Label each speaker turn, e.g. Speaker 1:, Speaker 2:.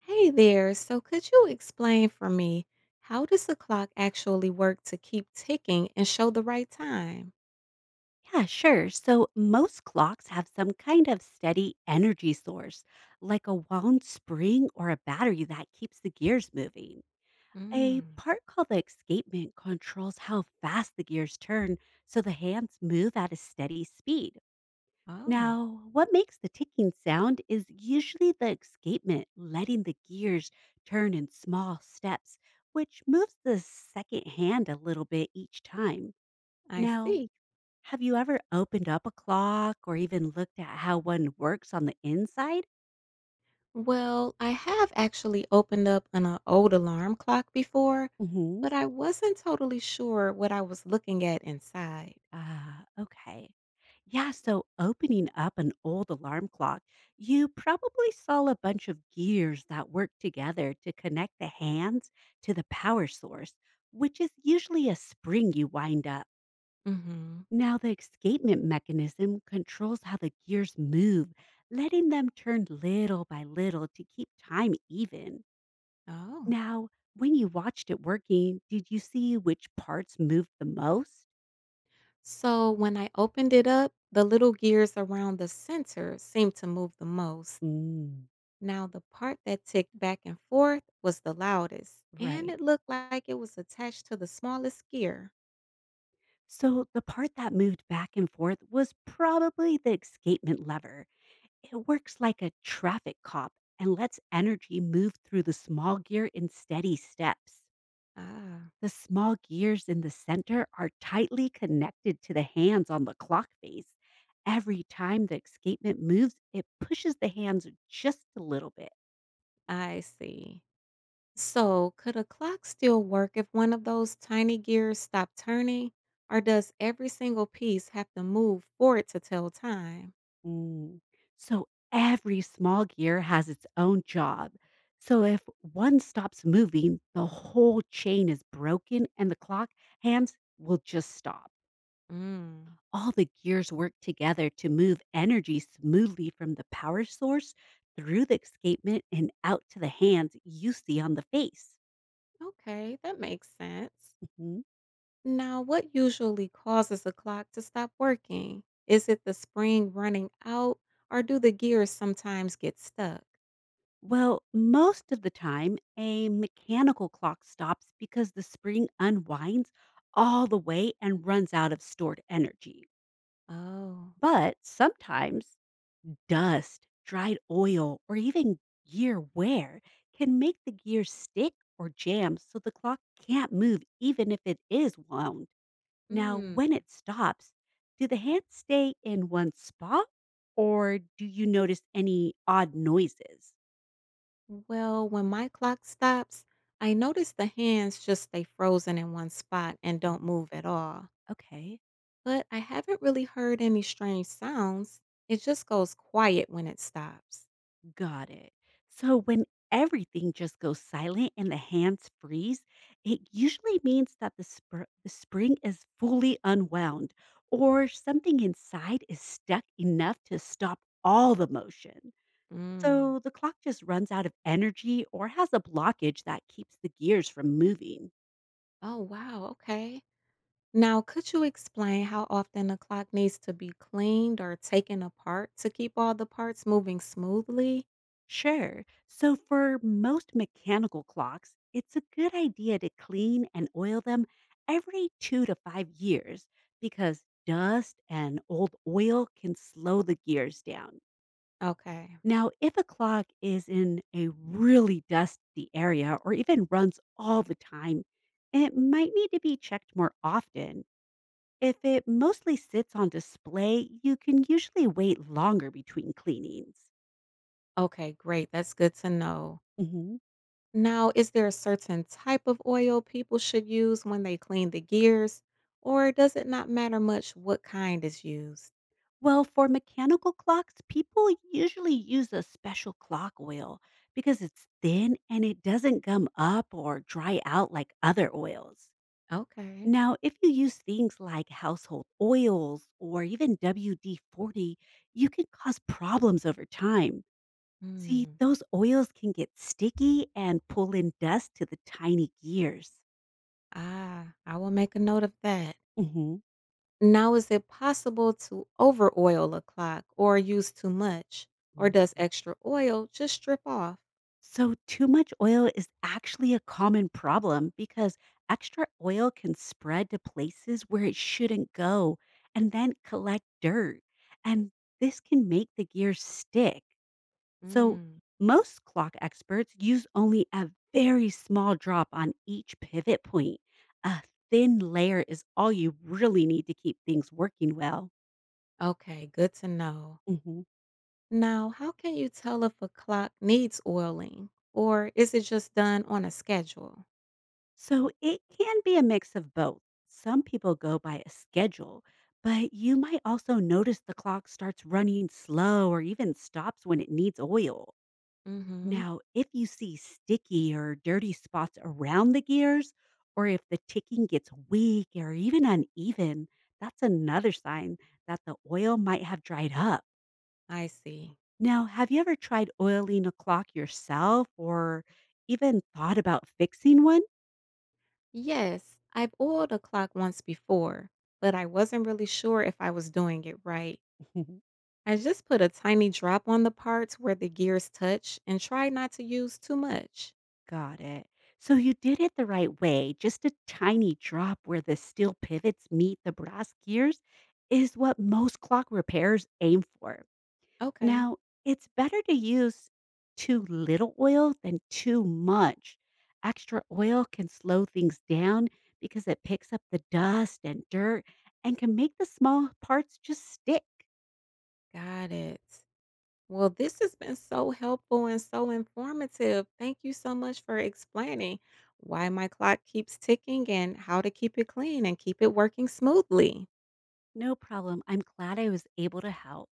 Speaker 1: Hey there. So, could you explain for me how does the clock actually work to keep ticking and show the right time?
Speaker 2: Yeah, sure. So most clocks have some kind of steady energy source, like a wound spring or a battery that keeps the gears moving. A
Speaker 1: Mm.
Speaker 2: part called the escapement controls how fast the gears turn so the hands move at a steady speed.
Speaker 1: Oh,
Speaker 2: Now, what makes the ticking sound is usually the escapement letting the gears turn in small steps, which moves the second hand a little bit each time.
Speaker 1: I
Speaker 2: Now,
Speaker 1: see.
Speaker 2: have you ever opened up a clock or even looked at how one works on the inside?
Speaker 1: Well, I have actually opened up an old alarm clock before,
Speaker 2: Hmm.
Speaker 1: but I wasn't totally sure what I was looking at inside.
Speaker 2: Ah, okay. Yeah, so opening up an old alarm clock, you probably saw a bunch of gears that work together to connect the hands to the power source, which is usually a spring you wind up.
Speaker 1: Mm-hmm.
Speaker 2: Now, the escapement mechanism controls how the gears move, letting them turn little by little to keep time even.
Speaker 1: Oh,
Speaker 2: Now, when you watched it working, did you see which parts moved the most?
Speaker 1: so, when I opened it up, the little gears around the center seemed to move the most.
Speaker 2: Mm,
Speaker 1: Now, the part that ticked back and forth was the loudest, and
Speaker 2: right.
Speaker 1: it looked like it was attached to the smallest gear.
Speaker 2: So, the part that moved back and forth was probably the escapement lever. It works like a traffic cop and lets energy move through the small gear in steady steps.
Speaker 1: Ah,
Speaker 2: The small gears in the center are tightly connected to the hands on the clock face. Every time the escapement moves, it pushes the hands just a little bit.
Speaker 1: I see. So, could a clock still work if one of those tiny gears stopped turning, or does every single piece have to move for it to tell time?
Speaker 2: Mm. So every small gear has its own job. So if one stops moving, the whole chain is broken and the clock hands will just stop.
Speaker 1: Mm,
Speaker 2: All the gears work together to move energy smoothly from the power source through the escapement and out to the hands you see on the face.
Speaker 1: okay, that makes sense.
Speaker 2: Mhm.
Speaker 1: Now, what usually causes a clock to stop working? Is it the spring running out, or do the gears sometimes get stuck?
Speaker 2: Well, most of the time, a mechanical clock stops because the spring unwinds all the way and runs out of stored energy.
Speaker 1: Oh,
Speaker 2: But sometimes dust, dried oil, or even gear wear can make the gear stick or jam so the clock can't move even if it is wound. Now,
Speaker 1: mm.
Speaker 2: when it stops, do the hands stay in one spot or do you notice any odd noises?
Speaker 1: Well, when my clock stops, I notice the hands just stay frozen in one spot and don't
Speaker 2: Mm.
Speaker 1: move at all.
Speaker 2: Okay.
Speaker 1: But I haven't really heard any strange sounds. It just goes quiet when it stops.
Speaker 2: Got it. So when everything just goes silent and the hands freeze, it usually means that the spring is fully unwound or something inside is stuck enough to stop all the motion.
Speaker 1: Mm.
Speaker 2: So the clock just runs out of energy or has a blockage that keeps the gears from moving.
Speaker 1: Oh, wow. Okay. Now, could you explain how often a clock needs to be cleaned or taken apart to keep all the parts moving smoothly?
Speaker 2: Sure. So for most mechanical clocks, it's a good idea to clean and oil them every 2 to 5 years because dust and old oil can slow the gears down.
Speaker 1: Okay.
Speaker 2: Now, if a clock is in a really dusty area or even runs all the time, it might need to be checked more often. If it mostly sits on display, you can usually wait longer between cleanings.
Speaker 1: Okay, great. That's good to know.
Speaker 2: Hmm.
Speaker 1: Now, is there a certain type of oil people should use when they clean the gears, or does it not matter much what kind is used?
Speaker 2: Well, for mechanical clocks, people usually use a special clock oil because it's thin and it doesn't gum up or dry out like other oils.
Speaker 1: Okay.
Speaker 2: Now, if you use things like household oils or even WD-40, you can cause problems over time. See,
Speaker 1: Hmm.
Speaker 2: those oils can get sticky and pull in dust to the tiny gears.
Speaker 1: Ah, I will make a note of that.
Speaker 2: Mhm.
Speaker 1: Now, is it possible to over oil a clock or use too much, or does extra oil just strip off?
Speaker 2: So, too much oil is actually a common problem because extra oil can spread to places where it shouldn't go and then collect dirt. And this can make the gears stick. So,
Speaker 1: Mm.
Speaker 2: most clock experts use only a very small drop on each pivot point. A thin layer is all you really need to keep things working well.
Speaker 1: Okay, good to know.
Speaker 2: Mhm.
Speaker 1: Now, how can you tell if a clock needs oiling, or is it just done on a schedule?
Speaker 2: So it can be a mix of both. Some people go by a schedule, but you might also notice the clock starts running slow or even stops when it needs oil.
Speaker 1: Mm-hmm.
Speaker 2: Now, if you see sticky or dirty spots around the gears, or if the ticking gets weak or even uneven, that's another sign that the oil might have dried up.
Speaker 1: I see.
Speaker 2: Now, have you ever tried oiling a clock yourself or even thought about fixing one?
Speaker 1: Yes, I've oiled a clock once before, but I wasn't really sure if I was doing it right. I just put a tiny drop on the parts where the gears touch and try not to use too much.
Speaker 2: Got it. So you did it the right way. Just a tiny drop where the steel pivots meet the brass gears is what most clock repairs aim for.
Speaker 1: Okay,
Speaker 2: Now, it's better to use too little oil than too much. Extra oil can slow things down because it picks up the dust and dirt and can make the small parts just stick.
Speaker 1: got it. Well, this has been so helpful and so informative. Thank you so much for explaining why my clock keeps ticking and how to keep it clean and keep it working smoothly.
Speaker 2: No problem. I'm glad I was able to help.